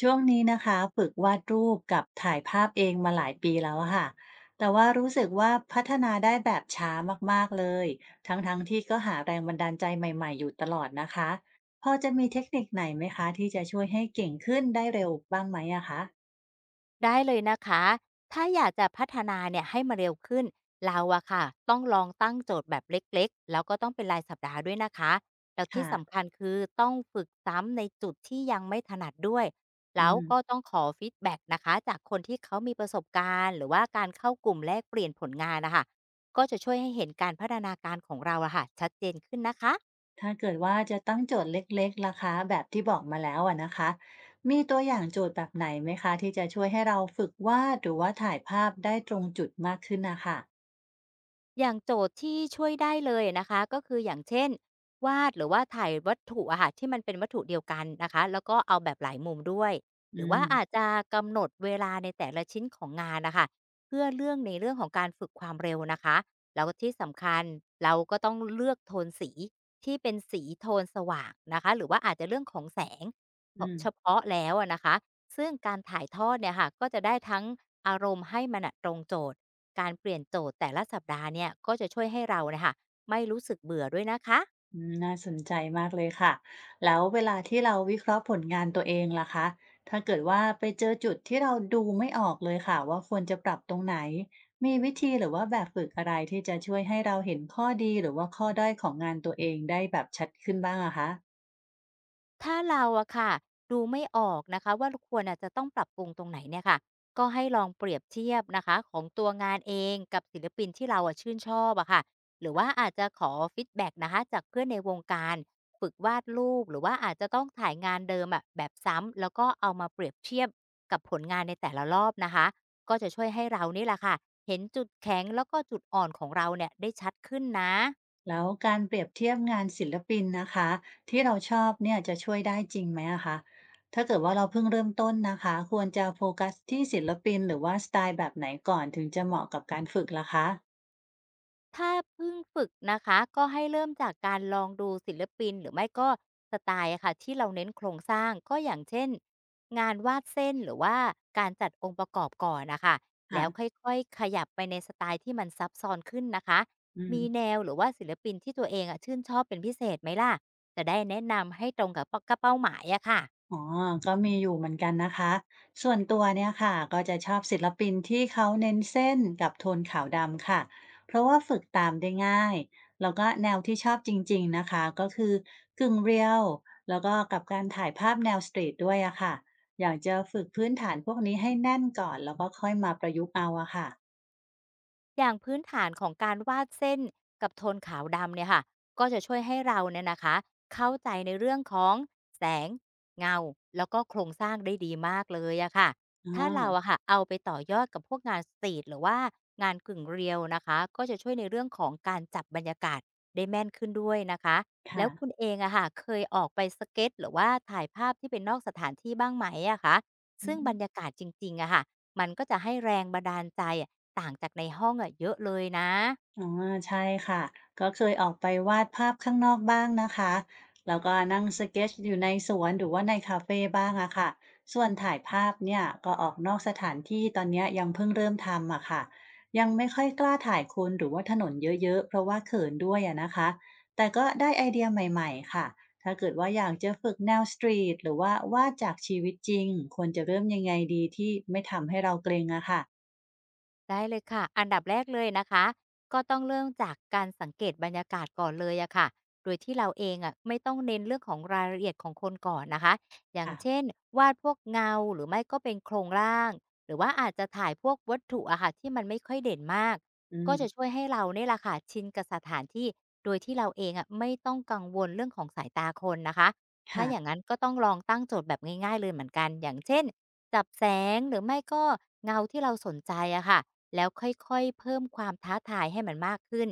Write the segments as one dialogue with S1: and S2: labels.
S1: ช่วงนี้นะคะฝึกวาดรูปกับถ่ายภาพเองมาหลายปีแล้วอะค่ะแต่ว่ารู้สึกว่าพัฒนาได้แบบช้ามากๆเลยทั้งๆทที่ก็หาแรงบันดาลใจใหม่ๆอยู่ตลอดนะคะพอจะมีเทคนิคไหนไหมคะที่จะช่วยให้เก่งขึ้นได้เร็วบ้างไหมอะคะ
S2: ได้เลยนะคะ ถ้าอยากจะพัฒนาเนี่ยให้มาเร็วขึ้น เราอะค่ะต้องลองตั้งโจทย์แบบเล็กๆ แล้วก็ต้องเป็นรายสัปดาห์ด้วยนะคะ แล้วที่
S1: ค่ะ
S2: สำคัญคือต้องฝึกซ้ำในจุดที่ยังไม่ถนัดด้วย
S1: อื
S2: แล้ว
S1: ม
S2: ก็ต้องขอฟีดแบ็กนะคะจากคนที่เขามีประสบการณ์หรือว่าการเข้ากลุ่มแลกเปลี่ยนผลงานนะคะ ก็จะช่วยให้เห็นการพัฒนาการของเราอะค่ะชัดเจนขึ้นนะคะ
S1: ถ้าเกิดว่าจะตั้งโจทย์เล็กๆล่ะคะแบบที่บอกมาแล้วอะนะคะมีตัวอย่างโจทย์แบบไหนไหมคะที่จะช่วยให้เราฝึกวาดหรือว่าถ่ายภาพได้ตรงจุดมากขึ้นนะคะ
S2: อย่างโจทย์ที่ช่วยได้เลยนะคะก็คืออย่างเช่นวาดหรือว่าถ่ายวัตถุอะค่ะที่มันเป็นวัตถุเดียวกันนะคะแล้วก็เอาแบบหลายมุมด้วยห
S1: อื
S2: รือว่า
S1: ม
S2: อาจจะกำหนดเวลาในแต่ละชิ้นของงานนะคะเพื่อเรื่องในเรื่องของการฝึกความเร็วนะคะแล้วก็ที่สำคัญเราก็ต้องเลือกโทนสีที่เป็นสีโทนสว่างนะคะหรือว่าอาจจะเรื่องของแสง
S1: อื
S2: เฉ
S1: ม
S2: พาะแล้วอะนะคะซึ่งการถ่ายทอดเนี่ยค่ะก็จะได้ทั้งอารมณ์ให้มันอะตรงโจทย์ การเปลี่ยนโจทย์แต่ละสัปดาห์เนี่ยก็จะช่วยให้เราน่ะค่ะไม่รู้สึกเบื่อด้วยนะคะ
S1: อืมน่าสนใจมากเลยค่ะแล้วเวลาที่เราวิเคราะห์ผลงานตัวเองล่ะคะถ้าเกิดว่าไปเจอจุดที่เราดูไม่ออกเลยค่ะว่าควรจะปรับตรงไหนมีวิธีหรือว่าแบบฝึกอะไรที่จะช่วยให้เราเห็นข้อดีหรือว่าข้อด้อยของงานตัวเองได้แบบชัดขึ้นบ้างอะคะ
S2: ถ้าเราอะค่ะดูไม่ออกนะคะว่าควรอะจะต้องปรับปรุงตรงไหนเนี่ยค่ะก็ให้ลองเปรียบเทียบนะคะของตัวงานเองกับศิลปินที่เราอะชื่นชอบอะค่ะหรือว่าอาจจะขอฟีดแบ็กนะคะจากเพื่อนในวงการฝึกวาดรูปหรือว่าอาจจะต้องถ่ายงานเดิมอะแบบซ้ำแล้วก็เอามาเปรียบเทียบกับผลงานในแต่ละรอบนะคะก็จะช่วยให้เรานี่แหละค่ะเห็นจุดแข็งแล้วก็จุดอ่อนของเราเนี่ยได้ชัดขึ้นนะ
S1: แล้วการเปรียบเทียบงานศิลปินนะคะที่เราชอบเนี่ยจะช่วยได้จริงไหมอะคะถ้าเกิดว่าเราเพิ่งเริ่มต้นนะคะควรจะโฟกัสที่ศิลปินหรือว่าสไตล์แบบไหนก่อนถึงจะเหมาะกับการฝึกล่ะคะ
S2: ถ้าเพิ่งฝึกนะคะก็ให้เริ่มจากการลองดูศิลปินหรือไม่ก็สไตล์อะค่ะที่เราเน้นโครงสร้างก็อย่างเช่นงานวาดเส้นหรือว่าการจัดองค์ประกอบก่อนนะคะแล้
S1: ค่ะ
S2: วค่อยๆขยับไปในสไตล์ที่มันซับซ้อนขึ้นนะคะ
S1: อืม
S2: มีแนวหรือว่าศิลปินที่ตัวเองอะชื่นชอบเป็นพิเศษไหมล่ะจะได้แนะนำให้ตรงกับเป้าหมายอะค่ะ
S1: อ๋อก็มีอยู่เหมือนกันนะคะส่วนตัวเนี่ยค่ะก็จะชอบศิลปินที่เขาเน้นเส้นกับโทนขาวดำค่ะเพราะว่าฝึกตามได้ง่าย แล้วก็แนวที่ชอบจริงๆนะคะก็คือกึ่งเรียลแล้วก็กับการถ่ายภาพแนวสตรีทด้วยอะค่ะ อยากจะฝึกพื้นฐานพวกนี้ให้แน่นก่อนแล้วก็ค่อยมาประยุกต์เอาอะค่ะ
S2: อย่างพื้นฐานของการวาดเส้นกับโทนขาวดำเนี่ยค่ะก็จะช่วยให้เราเนี่ยนะคะเข้าใจในเรื่องของแสงเงาแล้วก็โครงสร้างได้ดีมากเลยอะค่ะ
S1: อ๋
S2: ถ้า
S1: อ
S2: เราอะค่ะเอาไปต่อยอดกับพวกงานสตรีทหรือว่างานกึ่งเรียวนะคะก็จะช่วยในเรื่องของการจับบรรยากาศได้แม่นขึ้นด้วยนะคะแล้
S1: ค่ะ
S2: วคุณเองอะค่ะเคยออกไปสเก็ตหรือว่าถ่ายภาพที่เป็นนอกสถานที่บ้างไหมอะคะซึ่งบรรยากาศจริงๆอะค่ะ มันก็จะให้แรงบันดาลใจอะต่างจากในห้องอะเยอะเลยนะ
S1: อ๋อใช่ค่ะก็เคยออกไปวาดภาพข้างนอกบ้างนะคะแล้วก็นั่งสเก็ตช์อยู่ในสวนหรือว่าในคาเฟ่บ้างอะค่ะส่วนถ่ายภาพเนี่ยก็ออกนอกสถานที่ตอนเนี้ยยังเพิ่งเริ่มทำอะค่ะยังไม่ค่อยกล้าถ่ายคนหรือว่าถนนเยอะๆเพราะว่าเขินด้วยอะนะคะแต่ก็ได้ไอเดียใหม่ๆค่ะถ้าเกิดว่าอยากจะฝึกแนวสตรีทหรือว่าวาดจากชีวิตจริงควรจะเริ่มยังไงดีที่ไม่ทำให้เราเกรงอะค่ะ
S2: ได้เลยค่ะอันดับแรกเลยนะคะก็ต้องเริ่มจากการสังเกตบรรยากาศก่อนเลยอะค่ะโดยที่เราเองอะไม่ต้องเน้นเรื่องของรายละเอียดของคนก่อนนะคะอย่าง
S1: ค่ะ
S2: เช่นวาดพวกเงาหรือไม่ก็เป็นโครงร่างหรือว่าอาจจะถ่ายพวกวัตถุอะค่ะที่มันไม่ค่อยเด่นมาก
S1: อื
S2: ก็
S1: ม
S2: จะช่วยให้เราเนี่ยแหละค่ะชินกับสถานที่โดยที่เราเองอะไม่ต้องกังวลเรื่องของสายตาคนนะคะถ้า
S1: ค่ะ
S2: อย่างนั้นก็ต้องลองตั้งโจทย์แบบง่ายๆเลยเหมือนกันอย่างเช่น จับแสงหรือไม่ก็เงาที่เราสนใจอะค่ะแล้วค่อยๆเพิ่มความท้าทายให้มันมากขึ้น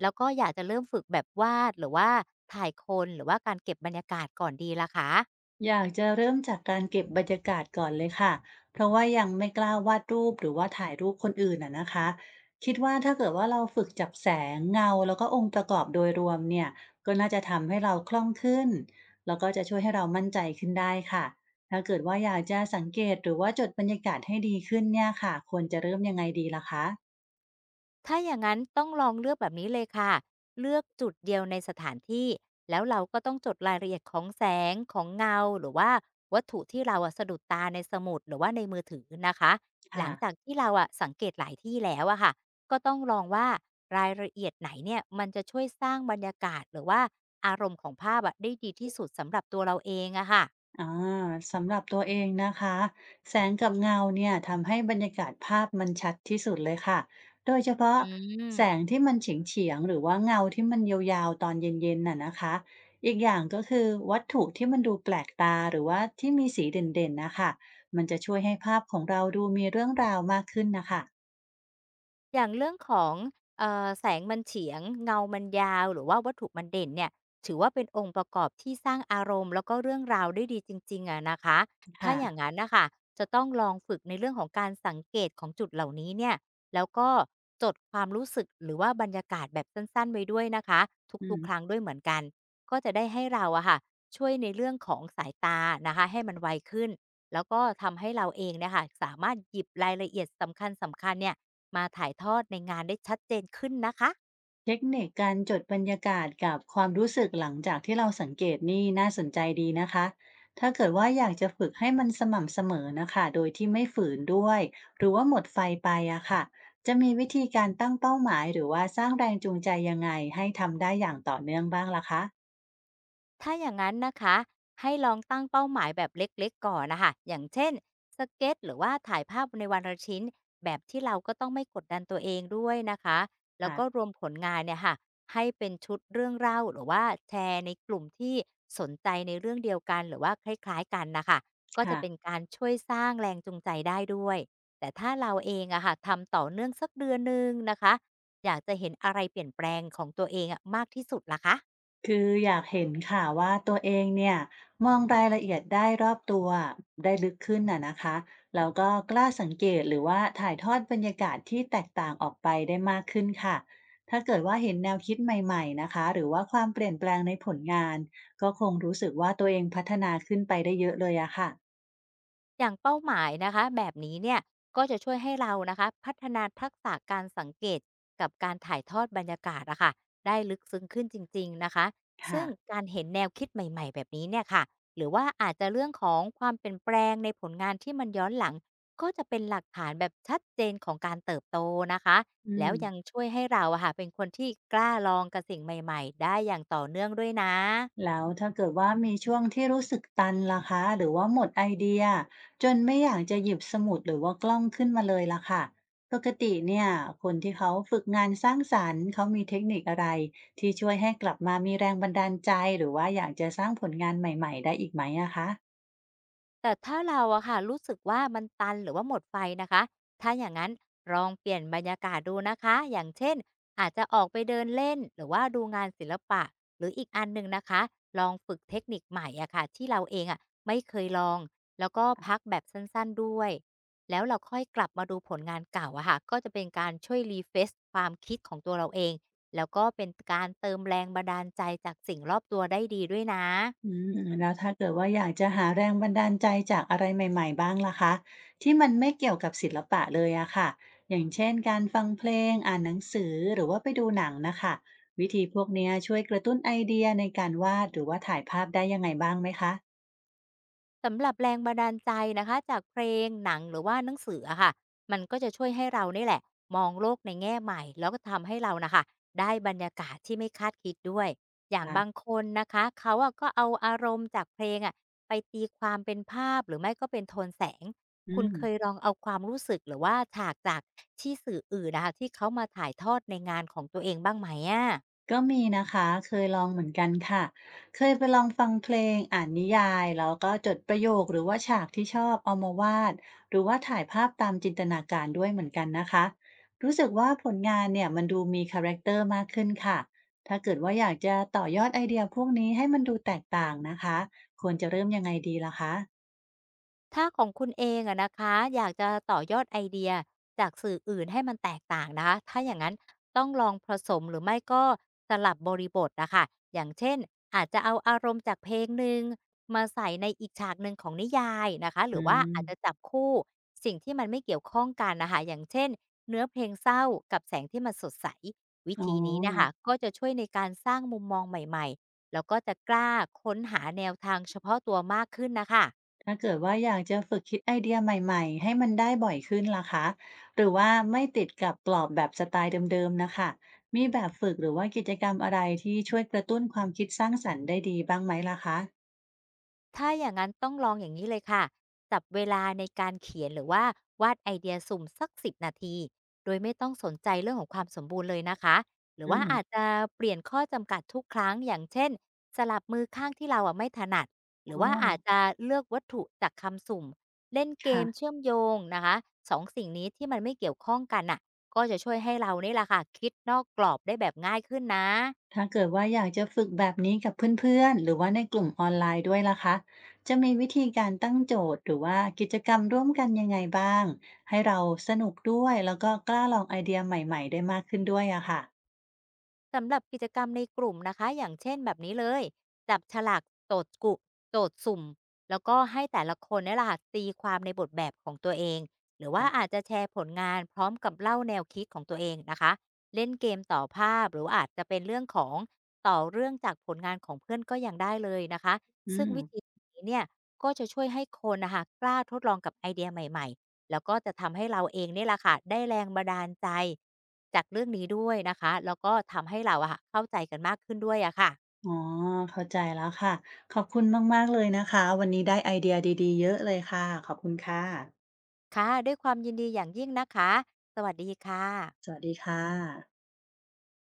S2: แล้วก็อยากจะเริ่มฝึกแบบวาดหรือว่าถ่ายคนหรือว่าการเก็บบรรยากาศก่อนดีล่ะคะ
S1: อยากจะเริ่มจากการเก็บบรรยากาศก่อนเลยค่ะ เพราะว่ายังไม่กล้าวาดรูปหรือว่าถ่ายรูปคนอื่นอะนะคะ คิดว่าถ้าเกิดว่าเราฝึกจับแสงเงาแล้วก็องค์ประกอบโดยรวมเนี่ยก็น่าจะทำให้เราคล่องขึ้น แล้วก็จะช่วยให้เรามั่นใจขึ้นได้ค่ะถ้าเกิดว่าอยากจะสังเกตหรือว่าจดบรรยากาศให้ดีขึ้นเนี่ยค่ะควรจะเริ่มยังไงดีล่ะคะ
S2: ถ้าอย่างนั้นต้องลองเลือกแบบนี้เลยค่ะเลือกจุดเดียวในสถานที่แล้วเราก็ต้องจดรายละเอียดของแสงของเงาหรือว่าวัตถุที่เราอะสะดุดตาในสมุดหรือว่าในมือถือนะคะหลั
S1: ค่ะ
S2: งจากที่เราอะสังเกตหลายที่แล้วอะค่ะก็ต้องลองว่ารายละเอียดไหนเนี่ยมันจะช่วยสร้างบรรยากาศหรือว่าอารมณ์ของภาพอะได้ดีที่สุดสำหรับตัวเราเองอะค่ะ
S1: อาสำหรับตัวเองนะคะแสงกับเงาเนี่ยทำให้บรรยากาศภาพมันชัดที่สุดเลยค่ะโดยเฉพาะ
S2: อื
S1: แสง
S2: ม
S1: ที่มันเฉียงเฉียงหรือว่าเงาที่มันยาวๆตอนเย็นๆน่ะนะคะอีกอย่างก็คือวัตถุที่มันดูแปลกตาหรือว่าที่มีสีเด่นๆนะคะมันจะช่วยให้ภาพของเราดูมีเรื่องราวมากขึ้นนะคะ
S2: อย่างเรื่องของแสงมันเฉียงเงามันยาวหรือว่าวัตถุมันเด่นเนี่ยถือว่าเป็นองค์ประกอบที่สร้างอารมณ์แล้วก็เรื่องราวได้ดีจริงๆอะนะคะถ้า
S1: ค่ะ
S2: อย่างงั้นน่ะค่ะจะต้องลองฝึกในเรื่องของการสังเกตของจุดเหล่านี้เนี่ยแล้วก็จดความรู้สึกหรือว่าบรรยากาศแบบสั้นๆไว้ด้วยนะคะ
S1: อื
S2: ทุ
S1: ม
S2: กๆครั้งด้วยเหมือนกันก็จะได้ให้เราอะค่ะช่วยในเรื่องของสายตานะคะให้มันไวขึ้นแล้วก็ทำให้เราเองเนี่ยค่ะสามารถหยิบรายละเอียดสำคัญๆเนี่ย มาถ่ายทอดในงานได้ชัดเจนขึ้นนะคะ
S1: เทคนิคการจดบรรยากาศกับความรู้สึกหลังจากที่เราสังเกตนี่น่าสนใจดีนะคะถ้าเกิดว่าอยากจะฝึกให้มันสม่ำเสมอนะคะโดยที่ไม่ฝืนด้วย หรือว่าหมดไฟไปอะค่ะจะมีวิธีการตั้งเป้าหมายหรือว่าสร้างแรงจูงใจยังไงให้ทำได้อย่างต่อเนื่องบ้างล่ะคะ
S2: ถ้าอย่างนั้นนะคะให้ลองตั้งเป้าหมายแบบเล็กๆก่อนนะคะอย่างเช่นสเก็ตหรือว่าถ่ายภาพในวันละชิ้นแบบที่เราก็ต้องไม่กดดันตัวเองด้วยนะคะแล้วก็ร
S1: ค่ะ
S2: วมผลงานเนี่ยค่ะให้เป็นชุดเรื่องเล่าหรือว่าแชร์ในกลุ่มที่สนใจในเรื่องเดียวกันหรือว่าคล้ายๆกันนะคะก็จะเป็น
S1: ค่ะ
S2: การช่วยสร้างแรงจูงใจได้ด้วยแต่ถ้าเราเองอะค่ะทำต่อเนื่องสักเดือนหนึงนะคะอยากจะเห็นอะไรเปลี่ยนแปลงของตัวเองอะมากที่สุดล่ะคะ
S1: คืออยากเห็นค่ะว่าตัวเองเนี่ยมองรายละเอียดได้รอบตัวได้ลึกขึ้นน่ะนะคะแล้วก็กล้าสังเกตหรือว่าถ่ายทอดบรรยากาศที่แตกต่างออกไปได้มากขึ้นค่ะถ้าเกิดว่าเห็นแนวคิดใหม่ๆนะคะหรือว่าความเปลี่ยนแปลงในผลงานก็คงรู้สึกว่าตัวเองพัฒนาขึ้นไปได้เยอะเลยอะค่ะ
S2: อย่างเป้าหมายนะคะแบบนี้เนี่ยก็จะช่วยให้เรานะคะพัฒนาทักษะการสังเกตกับการถ่ายทอดบรรยากาศอะค่ะได้ลึกซึ้งขึ้นจริงๆนะคะซึ่
S1: ค่ะ
S2: งการเห็นแนวคิดใหม่ๆแบบนี้เนี่ยค่ะหรือว่าอาจจะเรื่องของความเปลี่ยนแปลงในผลงานที่มันย้อนหลังก็จะเป็นหลักฐานแบบชัดเจนของการเติบโตนะคะ
S1: อื
S2: แล้ว
S1: ม
S2: ยังช่วยให้เราอะค่ะเป็นคนที่กล้าลองกับสิ่งใหม่ๆได้อย่างต่อเนื่องด้วยนะ
S1: แล้วถ้าเกิดว่ามีช่วงที่รู้สึกตันล่ะคะหรือว่าหมดไอเดียจนไม่อยากจะหยิบสมุดหรือว่ากล้องขึ้นมาเลยล่ะค่ะปกติเนี่ยคนที่เขาฝึกงานสร้างสรรค์เขามีเทคนิคอะไรที่ช่วยให้กลับมามีแรงบันดาลใจหรือว่าอยากจะสร้างผลงานใหม่ๆได้อีกไหมอะคะ
S2: แต่ถ้าเราอะค่ะรู้สึกว่ามันตันหรือว่าหมดไฟนะคะถ้าอย่างนั้นลองเปลี่ยนบรรยากาศดูนะคะอย่างเช่นอาจจะออกไปเดินเล่นหรือว่าดูงานศิลปะหรืออีกอันหนึ่งนะคะลองฝึกเทคนิคใหม่อะค่ะที่เราเองอะไม่เคยลองแล้วก็พักแบบสั้นๆด้วยแล้วเราค่อยกลับมาดูผลงานเก่าอะค่ะก็จะเป็นการช่วยรีเฟซความคิดของตัวเราเองแล้วก็เป็นการเติมแรงบันดาลใจจากสิ่งรอบตัวได้ดีด้วยนะ
S1: อืมแล้วถ้าเกิดว่าอยากจะหาแรงบันดาลใจจากอะไรใหม่ๆบ้างล่ะคะที่มันไม่เกี่ยวกับศิลปะเลยอะค่ะอย่างเช่นการฟังเพลงอ่านหนังสือหรือว่าไปดูหนังน่ะค่ะวิธีพวกเนี้ยช่วยกระตุ้นไอเดียในการวาดหรือว่าถ่ายภาพได้ยังไงบ้างไหมคะ
S2: สำหรับแรงบันดาลใจนะคะจากเพลงหนังหรือว่าหนังสืออะค่ะมันก็จะช่วยให้เราเนี่ยแหละมองโลกในแง่ใหม่แล้วก็ทำให้เรานะคะได้บรรยากาศที่ไม่คาดคิดด้วยอย่างบาง
S1: ค่ะ
S2: คนนะคะเขาอะก็เอาอารมณ์จากเพลงอะไปตีความเป็นภาพหรือไม่ก็เป็นโทนแสง
S1: อื
S2: คุณ
S1: ม
S2: เคยลองเอาความรู้สึกหรือว่าฉากจากที่สื่ออื่นนะคะที่เขามาถ่ายทอดในงานของตัวเองบ้างไหมอะ
S1: ก็มีนะคะเคยลองเหมือนกันค่ะเคยไปลองฟังเพลงอ่านนิยายแล้วก็จดประโยคหรือว่าฉากที่ชอบเอามาวาดหรือว่าถ่ายภาพตามจินตนาการด้วยเหมือนกันนะคะรู้สึกว่าผลงานเนี่ยมันดูมีคาแรคเตอร์มากขึ้นค่ะถ้าเกิดว่าอยากจะต่อยอดไอเดียพวกนี้ให้มันดูแตกต่างนะคะควรจะเริ่มยังไงดีล่ะคะ
S2: ถ้าของคุณเองอะนะคะอยากจะต่อยอดไอเดียจากสื่ออื่นให้มันแตกต่างนะคะถ้าอย่างนั้นต้องลองผสมหรือไม่ก็สลับบริบทอะคะอย่างเช่นอาจจะเอาอารมณ์จากเพลงหนึ่งมาใส่ในอีกฉากหนึ่งของนิยายนะคะห
S1: อื
S2: รือว่าอาจจะ
S1: ม
S2: จับคู่สิ่งที่มันไม่เกี่ยวข้องกันนะคะอย่างเช่นเนื้อเพลงเศร้ากับแสงที่มันสดใสวิ
S1: อ๋อ
S2: ธีนี้นะคะก็จะช่วยในการสร้างมุมมองใหม่ๆแล้วก็จะกล้าค้นหาแนวทางเฉพาะตัวมากขึ้นนะคะ
S1: ถ้าเกิดว่าอยากจะฝึกคิดไอเดียใหม่ๆให้มันได้บ่อยขึ้นล่ะคะหรือว่าไม่ติดกับกรอบแบบสไตล์เดิมๆนะคะมีแบบฝึกหรือว่ากิจกรรมอะไรที่ช่วยกระตุ้นความคิดสร้างสรรค์ได้ดีบ้างไหมล่ะคะ
S2: ถ้าอย่างนั้นต้องลองอย่างนี้เลยค่ะจับเวลาในการเขียนหรือว่าวาดไอเดียสุ่มสัก10นาทีโดยไม่ต้องสนใจเรื่องของความสมบูรณ์เลยนะคะหรือ
S1: อื
S2: ว่าอาจ
S1: ม
S2: จะเปลี่ยนข้อจำกัดทุกครั้งอย่างเช่นสลับมือข้างที่เราอ่ะไม่ถนัดหรื
S1: อ๋
S2: อ
S1: อ
S2: ว่าอาจจะเลือกวัตถุจากคำสุ่มเล่นเก
S1: ค่ะ
S2: มเชื่อมโยงนะคะสองสิ่งนี้ที่มันไม่เกี่ยวข้องกันน่ะก็จะช่วยให้เรานี่แหละค่ะคิดนอกกรอบได้แบบง่ายขึ้นนะ
S1: ถ้าเกิดว่าอยากจะฝึกแบบนี้กับเพื่อนๆหรือว่าในกลุ่มออนไลน์ด้วยล่ะคะจะมีวิธีการตั้งโจทย์หรือว่ากิจกรรมร่วมกันยังไงบ้างให้เราสนุกด้วยแล้วก็กล้าลองไอเดียใหม่ๆได้มากขึ้นด้วยอะค่ะ
S2: สำหรับกิจกรรมในกลุ่มนะคะอย่างเช่นแบบนี้เลยจับฉลากโจทย์กลุ่มโจทย์สุ่มแล้วก็ให้แต่ละคนเนี่ยแหะค่ะตีความในบทแบบของตัวเองหรือว่า
S1: ค่ะ
S2: อาจจะแชร์ผลงานพร้อมกับเล่าแนวคิดของตัวเองนะคะเล่นเกมต่อภาพหรือว่าอาจจะเป็นเรื่องของต่อเรื่องจากผลงานของเพื่อนก็ยังได้เลยนะคะ
S1: อื
S2: ซึ่ง
S1: ม
S2: วิธีนี้เนี่ยก็จะช่วยให้คนนะคะกล้าทดลองกับไอเดียใหม่ๆ แล้วก็จะทำให้เราเองเนี่ยแหละค่ะได้แรงบันดาลใจจากเรื่องนี้ด้วยนะคะแล้วก็ทำให้เราอะค่ะเข้าใจกันมากขึ้นด้วยอะค่ะ
S1: อ๋อเข้าใจแล้วค่ะขอบคุณมากๆเลยนะคะวันนี้ได้ไอเดียดีๆเยอะเลยค่ะขอบคุณค่ะ
S2: ค่ะด้วยความยินดีอย่างยิ่งนะคะสวัสดีค่ะ
S1: สวัสดีค่ะ